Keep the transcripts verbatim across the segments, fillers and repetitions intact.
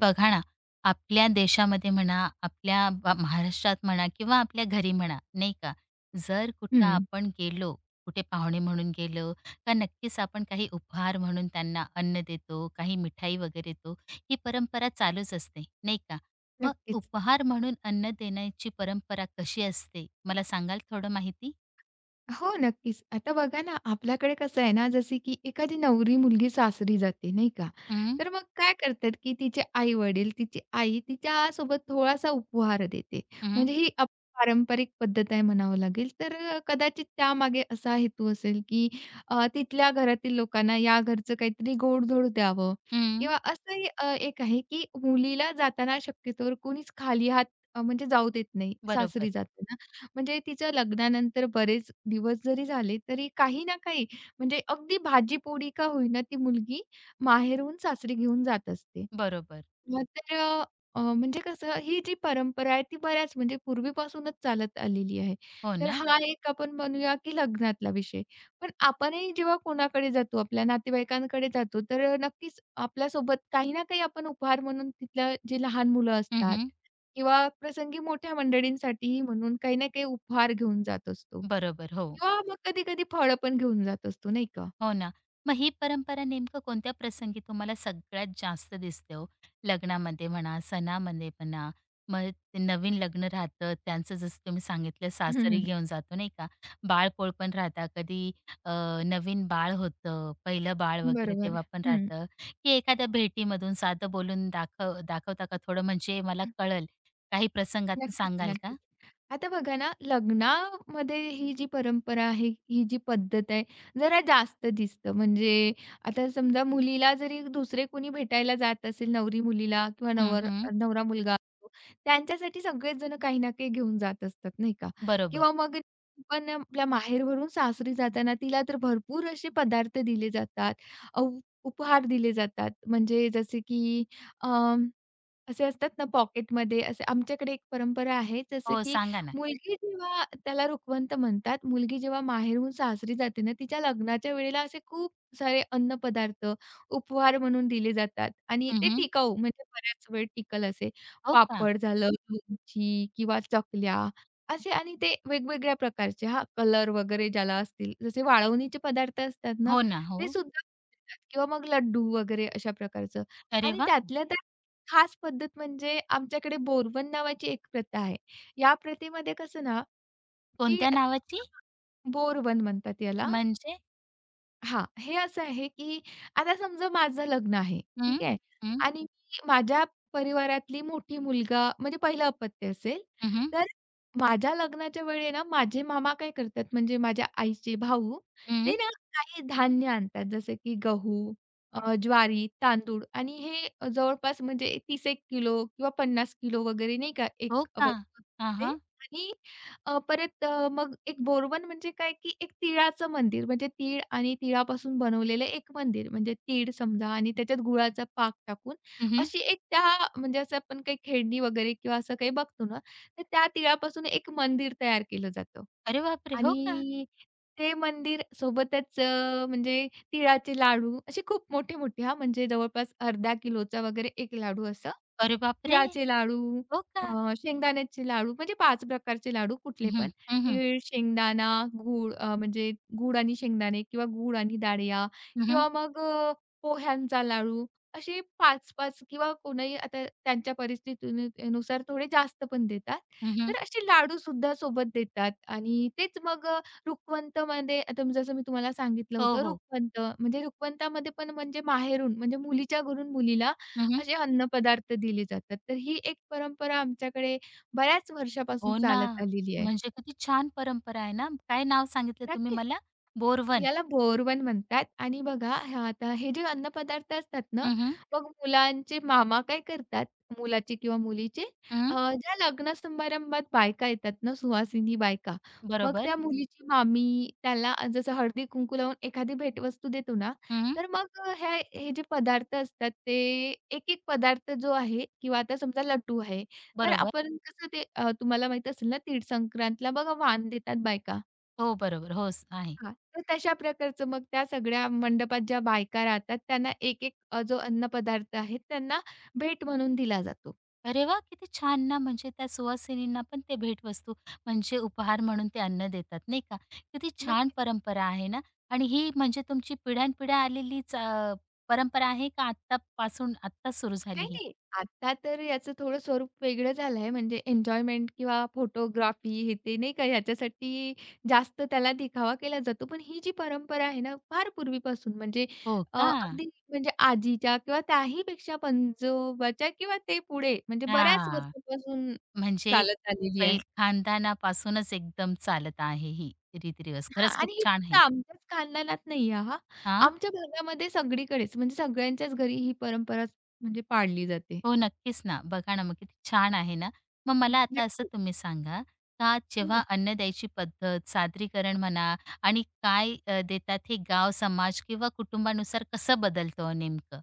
बघा ना, आपल्या देशामध्ये म्हणा, आपल्या बा महाराष्ट्रात म्हणा किंवा आपल्या घरी म्हणा, नाही का? जर कुठं हं, आपण गेलो, कुठे पाहुणे म्हणून गेलो, का नक्कीच आपण काही उपहार म्हणून त्यांना अन्न देतो, काही मिठाई वगैरे देतो. ही परंपरा चालूच असते, नाही का? मग नक्कीच. उपहार म्हणून अन्न देण्याची परंपरा कशी असते? मला सांगाल थोडं माहिती? हो, नक्कीच. आता बघा ना, आपल्याकडे कसं आहे ना, जसे की एखादी नवरी मुलगी सासरी जाते, नाही का? हं, तर मग काय करतात, की तिचे आई-वडील, तिची आई तिच्यासोबत थोडासा उपहार देते. हं, म्हणजे ही आपली पारंपरिक पद्धत आहे म्हणावं लागेल. तर अ, कदाचित त्यामागे असा हेतू असेल, की अ, तिथल्या घरातील लोकांना या घरचं काहीतरी गोड द्यावं हं. किंवा असंही अ, एक आहे, की मुलीला जाताना शक्यतोवर कोणीच खाली हात अ, म्हणजे जाऊ देत नाही बरोबर, सासरी जाताना. म्हणजे तिच्या लग्नानंतर बरेच दिवस जरी झाले, तरी काही ना काही म्हणजे अगदी भाजी पोळी का होईना ती मुलगी माहेरहून सासरी घेऊन जात असते. बरोबर. मग तर अ, अ, म्हणजे कसं ही जी परंपरा आहे ती बऱ्याच म्हणजे पूर्वीपासूनच चालत आलेली आहे. हो तर ना? हा एक आपण म्हणूया की लग्नातला विषय. पण आपणही जेव्हा कोणाकडे जातो, आपल्या नातेवाईकांकडे जातो, तर नक्कीच आपल्यासोबत काही ना काही आपण उपहार म्हणून तिथल्या जे लहान मुलं हं, असतात हं. किंवा प्रसंगी मोठ्या मंडळींसाठीही म्हणून काही ना काही उपहार घेऊन जात असतो बरोबर, हो. किंवा मग कधी-कधी फळं पण घेऊन जात असतो, नाही का? हो ना. मग ही परंपरा नेमकं कोणत्या प्रसंगी तुम्हाला सगळ्यात जास्त दिसते हो? लग्नामध्ये म्हणा, सणामध्ये म्हणा, मग ते नवीन लग्न राहतं, त्यांचं जसं तुम्ही सांगितलं सासरी हं, घेऊन जातो नाही का? बाळपोळ पण राहतात, कधी अ, नवीन बाळ होतं, पहिलं बाळ वगैरे बरोबर. तेव्हा पण हं. राहतं, की एखाद्या भेटीमधून साधं बोलून दाखव दाखवता का थोडं म्हणजे मला कळेल? काही प्रसंगातून नक्कीच, सांगाल का? नक्कीच. आता बघा ना, लग्नामध्ये ही जी परंपरा आहे, ही जी पद्धत आहे, जरा जास्त दिसतं. म्हणजे आता समजा मुलीला जरी दुसरे कोणी भेटायला जात असेल, नवरी मुलीला किंवा हं, नवर हं. नवरा मुलगा असतो, त्यांच्यासाठी सगळेच जण काही ना काही घेऊन जात असतात, नाही का? बरोबर. किंवा मग पण आपल्या माहेरवरून सासरी जाताना तिला तर भरपूर असे पदार्थ दिले जातात, अ, उपहार दिले जातात. म्हणजे जसे की असे असतात ना पॉकेटमध्ये असे आमच्याकडे एक परंपरा आहे जसं हो, की सांगा ना. मुलगी जेव्हा त्याला रुखवंत म्हणतात. मुलगी जेव्हा माहेरहून सासरी जाते ना, तिच्या लग्नाच्या वेळेला असे खूप सारे अन्न अन्नपदार्थ उपहार म्हणून दिले जातात आणि हं, ते हं. टिकाऊ म्हणजे बऱ्याच वेळ टिकल असे. हो का? पापड झालं, लोणची किंवा चकल्या असे आणि ते वेगवेगळ्या प्रकारचे हां, कलर वगैरे ज्याला असतील. जसे वाळवणीचे पदार्थ असतात ना, हो ना. हो. ते सुद्धा देतात. किंवा मग लड्डू वगैरे अशा प्रकारचं अरे आणि वाह! त्यातल्या त्यात खास पद्धत म्हणजे आमच्याकडे बोरवन नावाची एक प्रथा आहे. या प्रथेमध्ये कसं ना, की कोणत्या आता नावाची? बोरवन म्हणतात याला. म्हणजे? हां, हे असं आहे, की आता समजा माझं लग्न आहे, हं, ठीक आहे? हं, आणि मी माझ्या परिवारातली मोठी मुलगा म्हणजे पहिलं अपत्य असेल, हं, हं, तर माझ्या लग्नाच्या वेळी आहे ना, माझे मामा काय करतात म्हणजे माझ्या आईचे भाऊ, ते ना काही धान्य आणतात जसं की गहू, अ, ज्वारी, तांदूळ आणि हे जवळपास म्हणजे तीस एक किलो किंवा पन्नास किलो वगैरे नाही का, एक हो का? वस्तू हां, असते हां. आणि अ, परत अ, मग एक बोरवन म्हणजे काय, की एक तिळाचं मंदिर म्हणजे तीळ आणि तिळापासून बनवलेलं एक मंदिर म्हणजे तीळ समजा आणि त्याच्यात गुळाचा पाक टाकून हं, अशी एक त्या म्हणजे असं आपण काही खेळणी वगैरे किंवा असं काही बघतो ना, तर त्या तिळापासून एक मंदिर तयार केलं जातं. अरे बापरे! हो का? आणि ते मंदिर सोबतच अ, म्हणजे तिळाचे लाडू असे खूप मोठे-मोठे हां, म्हणजे जवळपास अर्धा किलोचा वगैरे एक लाडू असं अरे बापरे! तिळाचे लाडू, हो का? अ, शेंगदाण्याचे लाडू म्हणजे पाच प्रकारचे लाडू हं, कुठले पण. हं, हं, हं, तीळ, शेंगदाणा, गूळ अ, म्हणजे गूळ आणि शेंगदाणे किंवा गूळ आणि डाळिया किंवा मग अ, पोह्यांचा लाडू असे पाच पाच किंवा कोणीही आता त्यांच्या परिस्थितीनु थोडे जास्त पण देतात. तर असे लाडूसुद्धा सोबत देतात आणि तेच मग अ, रुखवंतमध्ये आता मी- जसं मी तुम्हाला सांगितलं हो, होतं हो. रुखवंत म्हणजे रुखवंतामध्ये पण म्हणजे माहेरून म्हणजे मुलीच्या घरून मुलीला हं. असे अन्नपदार्थ दिले जातात. तर ही एक परंपरा आमच्याकडे बऱ्याच वर्षापासून हो ना. चालत आलेली आहे. म्हणजे किती छान परंपरा आहे ना. काय नाव सांगितलं तुम्ही नक्कीच मला? बोरवन. याला बोरवन म्हणतात आणि बघा हे आता हे जे अन्नपदार्थ असतात ना, हं, हं, मग मुलांचे मामा काय करतात, मुलाचे किंवा मुलीचे हं. अ, ज्या लग्न समारंभात बायका येतात ना, सुवासिनी बायका, मग बरोबर. त्या मुलीची मामी त्याला जसं हळदी-कुंकू लावून एखादी भेटवस्तू देतो ना, हं, तर मग अ, हे जे पदार्थ असतात ते एक-एक पदार्थ जो आहे किंवा आता समजा लड्डू आहे, तर बरोबर. आपण कसं ते अ, तुम्हाला माहीत असेल ना, तीळ संक्रांतला बघा वाण देतात बायका. हो, बरोबर. हो, स आहे. हां, तर तशा प्रकारचं मग त्या सगळ्या मंडपात ज्या बायका राहतात त्यांना एक-एक अ, जो अन्नपदार्थ आहे त्यांना भेट म्हणून दिला जातो. अरे वाह! किती छान ना, म्हणजे त्या सुवासिनींना पण ते भेटवस्तू म्हणजे उपहार म्हणून ते अन्न देतात, नाही का? किती छान नक्कीच. परंपरा आहे ना आणि ही म्हणजे तुमची पिढ्यानपिढ्या आलेलीच अ, परंपरा आहे का आत्तापासून आत्ताच सुरू झाली नाही, ही? नाही. आता तर याचं थोडं स्वरूप वेगळं झालं आहे. म्हणजे एन्जॉयमेंट किंवा फोटोग्राफी हे ते नाही का ह्याच्यासाठी जास्त त्याला दिखावा केला जातो. पण ही जी परंपरा आहे ना फार पूर्वीपासून म्हणजे हो अ, का? अगदी म्हणजे आजीच्या किंवा त्याहीपेक्षा पंजोबाच्या किंवा ते पुढे म्हणजे बऱ्याच हां, वर्षांपासून म्हणजे चालत आलेली पै आहे. खानदानापासूनच एकदम चालत आहे ही हां. रीतिरिवाज. खरंच खूप आणि ही छान फक्त आहे. आमच्याच खानदानात नाहीये हां. हां. आमच्या भागामध्ये सगळीकडेच म्हणजे सगळ्यांच्याच घरी ही परंपरा म्हणजे पाळली जाते. हो, नक्कीच ना. बघा ना, मग किती छान आहे ना. मग हं. मला आता असं नक्कीच. तुम्ही सांगा, का जेव्हा हं. अन्न द्यायची पद्धत, सादरीकरण म्हणा आणि काय अ, देतात हे गाव, समाज किंवा कुटुंबानुसार कसं बदलतं हो नेमकं?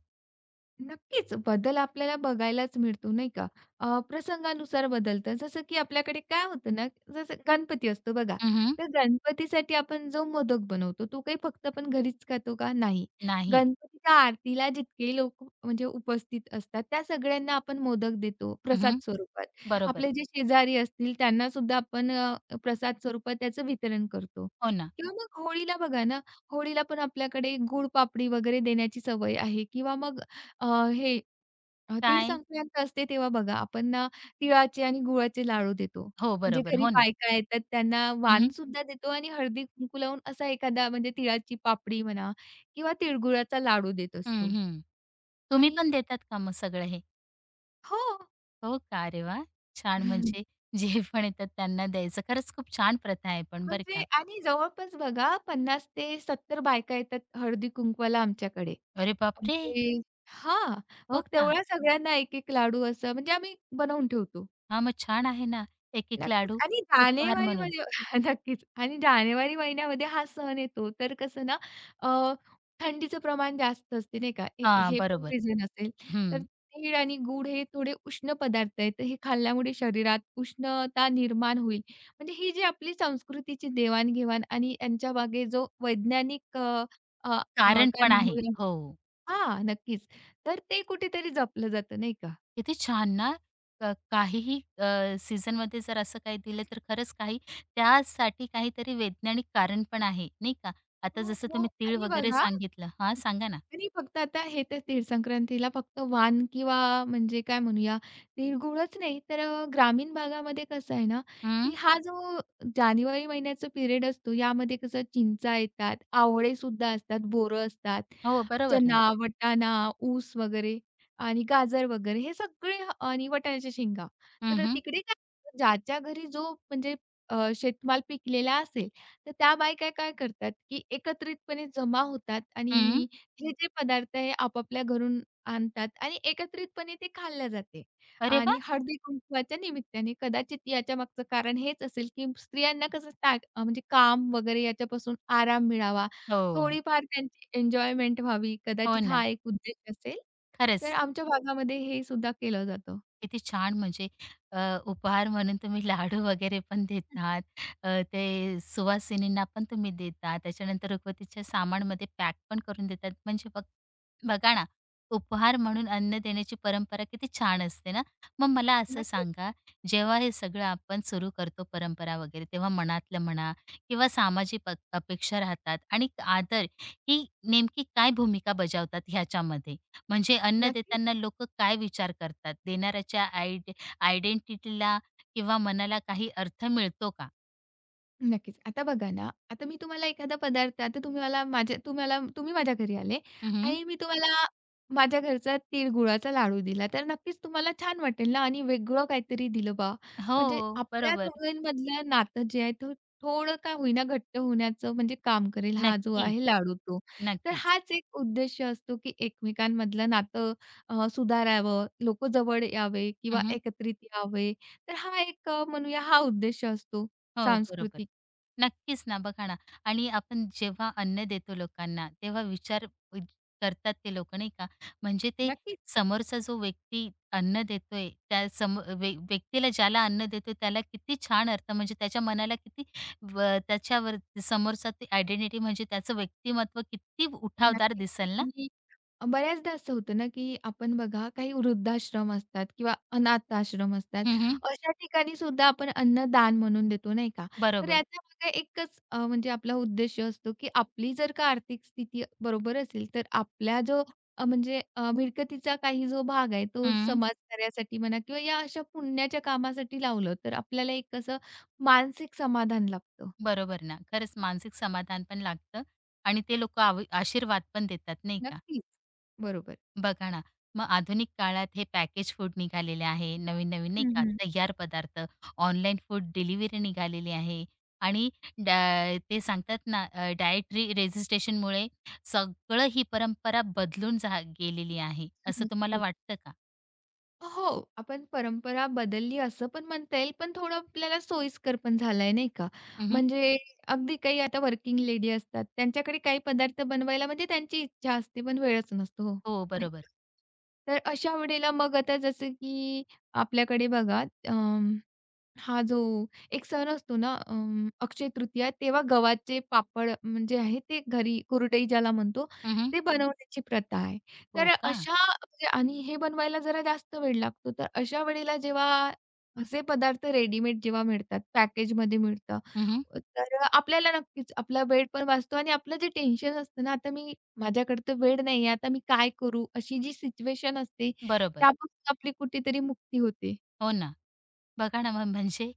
नक्कीच बदल आपल्याला बघायलाच मिळतो नाही का? अ, प्रसंगानुसार बदलतं. जसं की आपल्याकडे काय होतं ना, जसं गणपती असतो बघा, हं, तर गणपतीसाठी आपण जो मोदक बनवतो तो काही फक्त आपण घरीच खातो का? नाही. नाही. गणपतीच्या आरतीला जितके लोक म्हणजे उपस्थित असतात त्या सगळ्यांना आपण मोदक देतो प्रसाद हं, स्वरूपात. बरोबर. आपले जे शेजारी असतील त्यांना सुद्धा आपण अ, प्रसाद स्वरूपात त्याचं वितरण करतो. हो ना. किंवा मग होळीला बघा ना, होळीला पण आपल्याकडे गुळ पापडी वगैरे देण्याची सवय आहे किंवा मग अ, हे अ, तीळ काय? संक्रांत असते तेव्हा बघा आपण ना तिळाचे आणि गुळाचे लाडू देतो. हो, म्हणजे बरोबर. घरी हो ना. बायका येतात त्यांना हं, वाण हं. सुद्धा देतो आणि हळदी कुंकू लावून असा एखादा म्हणजे तिळाची पापडी म्हणा किंवा तिळगुळाचा लाडू देत असतो. तुम्ही आणि पण देतात का मग सगळं हे? हो. हो का? अरे वाह! छान म्हणजे जे पण येतात त्यांना द्यायचं. खरंच खूप छान प्रथा आहे पण बरं म्हणजे का. आणि जवळपास बघा पन्नास ते सत्तर बायका येतात हळदी कुंकवाला आमच्याकडे. अरे बापरे! म्हणजे हां. हो मग का? तेवढ्या सगळ्यांना एक-एक लाडू असं म्हणजे आम्ही बनवून ठेवतो. हा, मग छान आहे ना, एक-एक नक्कीच लाडू आणि उपहार म्हणून. जानेवारीमध्ये नक्कीच आणि जानेवारी महिन्यामध्ये हा सण येतो तर कसं ना अ, थंडीचं प्रमाण जास्त असते नाही का? एक हा, हे पण बरोबर. रिझन असेल. हं. तर तीळ आणि गूळ हे थोडे उष्ण पदार्थ आहेत. तर हे खाल्ल्यामुळे शरीरात उष्णता निर्माण होईल. म्हणजे ही जी आपली संस्कृतीची देवाण आणि यांच्या मागे जो वैज्ञानिक अ, अ, अ, कारण काय पण आहे. म्हणूया हो. हां, नक्कीच. तर ते कुठेतरी जपलं जातं नाही का? किती छान ना, क काहीही अ, सीझनमध्ये जर असं काही दिलं तर खरंच काही त्यासाठी काहीतरी वैज्ञानिक कारण पण आहे, नाही का? आता हो, जसं हो. तुम्ही तीळ आणि वगैरे बघा सांगितलं हा, सांगा ना? आणि फक्त आता हे तर तीळ संक्रांतीला फक्त वाण किंवा म्हणजे काय म्हणूया, तिळगुळच नाही तर अ, ग्रामीण भागामध्ये कसं आहे ना, हं. की हा जो जानेवारी महिन्याचा पिरियड असतो यामध्ये कसं चिंचा येतात, आवळे सुद्धा असतात, बोरं असतात, हो, बरोबर ना. चना, वटाणा, ऊस वगैरे आणि गाजर वगैरे हे सगळे ह- आणि वाटाण्याच्या शेंगा. हं, तर हं. तिकडे काय ज्याच्या घरी जो म्हणजे अ, शेतमाल पिकलेला असेल, तर त्या बायका काय करतात, की एकत्रितपणे जमा होतात आणि हं. हे जे पदार्थ आहे आपापल्या घरून आणतात आणि एकत्रितपणे ते खाल्ल्या जाते अरे वाह! आणि हळदी-कुंकवाच्या निमित्ताने कदाचित याच्या मागचं कारण हेच असेल, की स्त्रियांना कसं ता अ, म्हणजे काम वगैरे याच्यापासून आराम मिळावा, हो. थोडीफार त्यांची एन्जॉयमेंट व्हावी, हो कदाचित ना. हा एक उद्देश असेल. तर खरंच. आमच्या भागामध्ये हे सुद्धा केलं जातं. किती छान! म्हणजे अ, उपहार म्हणून तुम्ही लाडू वगैरे पण हं. देतात. अ, ते सुवासिनींना पण तुम्ही देता. त्याच्यानंतर रुखवतीच्या सामानमध्ये पॅक पण करून देतात. म्हणजे बघ बघा ना, उपहार म्हणून अन्न देण्याची परंपरा किती छान असते ना. मग मला असं नक्कीच, सांगा, जेव्हा हे सगळं आपण सुरू करतो परंपरा वगैरे, तेव्हा मनातलं म्हणा किंवा सामाजिक अ, अपेक्षा राहतात आणि आदर ही नेमकी काय भूमिका बजावतात ह्याच्यामध्ये? म्हणजे अन्न देताना लोक काय विचार करतात? देणाऱ्याच्या आयडे आयडेंटिटीला किंवा मनाला काही अर्थ मिळतो का? नक्कीच. आता बघा ना, आता मी तुम्हाला एखादा पदार्थ आता तुम्ही मला माझ्या तुम्हाला तुम्ही माझ्या घरी आले हं, आणि मी तुम्हाला माझ्या घरचा तिळगुळाचा लाडू दिला, तर नक्कीच तुम्हाला छान वाटेल ना आणि वेगळं काहीतरी दिलं बा. हो, म्हणजे हो. आपल्या बरोबर. दोघांमधलं नातं जे आहे, ते थोडं का होईना घट्ट होण्याचं म्हणजे काम करेल हा जो नक्कीच, आहे लाडू तो. तर नक्कीच. हाच एक उद्देश असतो, की एकमेकांमधलं नातं अ, सुधारावं, लोकं जवळ यावे किंवा हं, एकत्रित यावे. तर हा एक अ, म्हणूया हा उद्देश असतो हो, बरोबर. सांस्कृतिक. नक्कीच ना, बघा ना आणि आपण जेव्हा अन्न देतो लोकांना, तेव्हा विचार वि करतात ते लोकं नाही का? म्हणजे ते नक्कीच, समोरचा जो व्यक्ती अन्न देतोय, त्या सम व्य व्यक्तीला ज्याला अन्न देतोय त्याला किती छान अर्थ म्हणजे त्याच्या मनाला किती व त्याच्यावर समोरचा ती आयडेंटिटी म्हणजे त्याचं व्यक्तिमत्व किती उठावदार नक्कीच. दिसेल ना? आणि बऱ्याचदा असं होतं ना, की आपण बघा काही वृद्धाश्रम असतात किंवा अनाथ आश्रम असतात. हं, हं. अशा ठिकाणी सुद्धा आपण अन्नदान म्हणून देतो, नाही का? तर बरोबर. याचा मागे एकच अ, म्हणजे आपला उद्देश असतो, की आपली जर का आर्थिक स्थिती बरोबर असेल, तर आपला जो अ, म्हणजे अ, मिळकतीचा काही जो भाग आहे, तो हं. समाजकार्यासाठी म्हणा किंवा या अशा पुण्याच्या कामासाठी लावलं, तर आपल्याला एक असं मानसिक समाधान लाभतं. बरोबर ना. खरंच मानसिक समाधान पण लागतं आणि ते लोकं आशीर्वाद पण देतात नाही का? नक्कीच, बरोबर. बघा ना, मग आधुनिक काळात हे पॅकेज फूड निघालेले आहे. नवीन-नवीन नाही हं, का हं. तयार पदार्थ, ऑनलाईन फूड डिलिव्हरी निघालेली आहे आणि डा ते सांगतात ना अ, डायटरी रेझिस्टेशनमुळे सगळं ही परंपरा बदलून जा गेलेली आहे. असं तुम्हाला नक्कीच. वाटतं का? हो, आपण परंपरा बदलली असं पण म्हणता येईल, पण थोडं आपल्याला सोयीस्कर पण झालंय नाही का? हं, म्हणजे अगदी काही आता वर्किंग लेडी असतात, त्यांच्याकडे काही पदार्थ बनवायला म्हणजे त्यांची इच्छा असते, पण वेळच नसतो हो, हो, नाही बरोबर. का? तर अशा वेळेला मग आता जसं की आपल्याकडे बघा अं, हा जो एक सण असतो ना अं, अक्षय तृतीया तेव्हा गव्हाचे पापड म्हणजे आहे ते घरी कुरडई ज्याला म्हणतो हं, ते बनवण्याची प्रथा आहे. हो तर का? अशा म्हणजे आणि हे बनवायला जरा जास्त वेळ लागतो. तर अशा वेळेला जेव्हा असे पदार्थ रेडीमेड जेव्हा मिळतात, पॅकेजमध्ये मिळतं, हं, तर आपल्याला नक्कीच आपला वेळ पण वाचतो आणि आपलं जे टेन्शन असतं ना, आता मी माझ्याकडे तर वेळ नाहीये, आता मी काय करू? अशी जी सिच्युएशन असते बरोबर. त्यापासून आपली कुठेतरी मुक्ती होते. हो ना. बघा ना, मग म्हणजे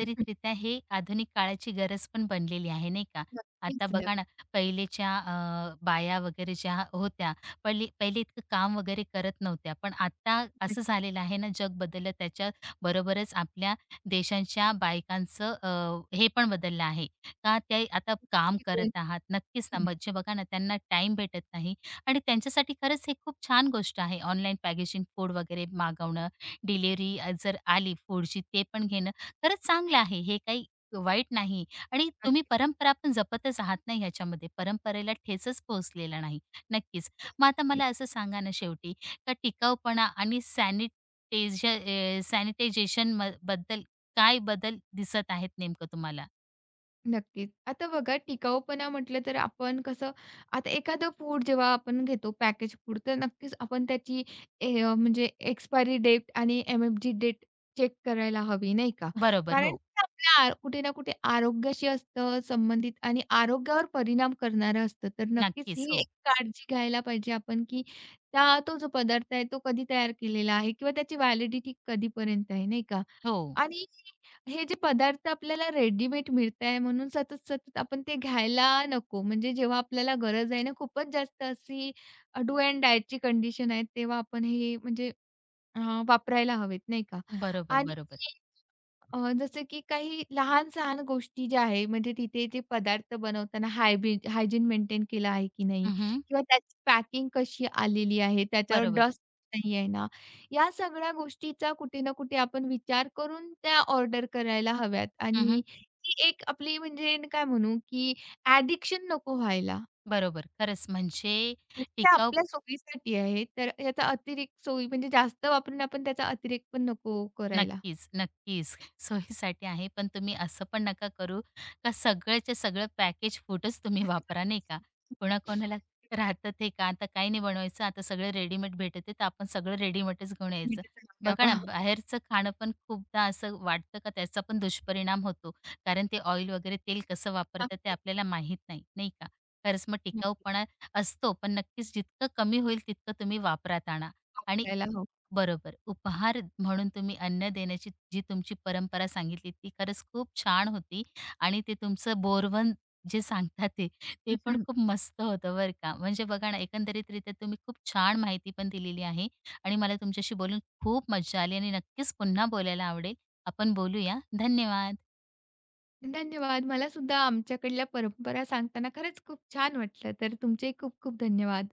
हे आधुनिक काळाची गरज पण बनलेली आहे, नाही का? नक्कीच, आता नक्कीच. बघा ना, पहिलेच्या अ, बाया वगैरे ज्या होत्या, पहिले पहिले इतकं काम वगैरे करत नव्हत्या. पण आता असं झालेलं आहे ना, जग बदललं, त्याच्याबरोबरच आपल्या देशांच्या बायकांचं अ, हे पण बदललं आहे. का ते आता काम शिकून. करत आहात. नक्कीच ना, हं, म्हणजे बघा ना, त्यांना टाईम भेटत नाही आणि त्यांच्यासाठी खरंच हे खूप छान गोष्ट आहे, ऑनलाईन पॅकेजिंग फूड वगैरे मागवणं. डिलिव्हरी अ, जर आली फूडची ते पण घेणं खरंच चांगलं आहे. हे काही वाईट नाही आणि तुम्ही नक्कीच. परंपरा पण जपतच आहात ना ह्याच्यामध्ये. परंपरेला ठेचच पोहोचलेला नाही. नक्कीच. मग आता नक्कीच. मला असं सांगा ना शेवटी का टिकाऊपणा आणि सॅनिटायझ अ, सॅनिटायझेशन म बद्दल काय बदल दिसत आहेत नेमकं तुम्हाला? नक्कीच. आता बघा टिकाऊपणा म्हटलं तर आपण कसं आता एखादं फूड जेव्हा आपण घेतो पॅकेज फूड तर नक्कीच आपण त्याची ए, अ, म्हणजे एक्सपायरी डेट आणि एमएफजी डेट चेक करायला हवी नाही का? बरोबर. कारण हो. ते आपल्या आर कुठे ना कुठे आरोग्याशी असतं संबंधित आणि आरोग्यावर परिणाम करणारं असतं. तर नक्कीच नक्कीच. ही हो. एक काळजी घ्यायला पाहिजे आपण, की त्या तो जो पदार्थ आहे तो कधी तयार केलेला आहे किंवा त्याची व्हॅलिडिटी कधीपर्यंत आहे नाही का? हो. आणि हे जे पदार्थ आपल्याला रेडीमेड मिळताय म्हणून सतत-सतत आपण ते घ्यायला नको. म्हणजे जेव्हा आपल्याला गरज आहे ना, खूपच जास्त अशी डू अँड डायची कंडिशन आहे, तेव्हा आपण हे म्हणजे अ, वापरायला हवेत नाही का? बरोबर, आणि बरोबर. अ, जसं की काही लहान-सहान गोष्टी ज्या आहे, म्हणजे तिथे जे पदार्थ बनवताना हायबी हायजीन मेंटेन केलं आहे की नाही हं, किंवा त्याची पॅकिंग कशी आलेली आहे, त्याच्यावर बरोबर. डस्ट नाही आहे ना, या सगळ्या गोष्टीचा कुठे ना कुठे आपण विचार करून त्या ऑर्डर करायला हव्यात हं, आणि ती एक आपली म्हणजे न काय म्हणू, की ॲडिक्शन नको व्हायला. बरोबर. खरंच म्हणजे म्हणजे आपल्या सोयीसाठी आहे, तर याचा अतिरेक सोयी म्हणजे जास्त वापरून आपण त्याचा अतिरेक पण नको करायला. नक्कीच, नक्कीच. सोयीसाठी आहे, पण तुम्ही असं पण नका करू का सगळंच्या सगळं पॅकेज फूडच तुम्ही वापरा, नाही का. कोणाकोणाला राहतं ते का आता काही नाही बनवायचं, आता सगळं रेडीमेड भेटते, आहे, तर आपण सगळं रेडीमेडच घेऊन यायचं. मीठ लावूया बघा ना, बा. बाहेरचं खाणं पण खूपदा असं वाटतं का त्याचा पण दुष्परिणाम होतो. कारण ते ऑइल वगैरे तेल कसं वापरतात ते आपल्याला माहीत नाही, नाही का. खरंच मग टिकाऊपणा असतो, पण नक्कीच जितकं कमी होईल तितकं तुम्ही वापरात आणा आणि वापरायला. हो. बरोबर. उपहार म्हणून तुम्ही अन्न देण्याची जी तुमची परंपरा सांगितली ती खरंच खूप छान होती आणि ते तुमचं बोरवन जे सांगतात ते, ते पण हं, खूप मस्त होतं बरं का. म्हणजे बघा ना, एकंदरीतरीत्या तुम्ही खूप छान माहिती पण दिलेली आहे आणि मला तुमच्याशी बोलून खूप मज्जा आली आणि नक्कीच पुन्हा बोलायला आवडेल. आपण बोलूया. धन्यवाद. धन्यवाद. मला सुद्धा आमच्याकडल्या परंपरा सांगताना खरंच खूप छान वाटलं. तर तुमचे खूप खूप धन्यवाद.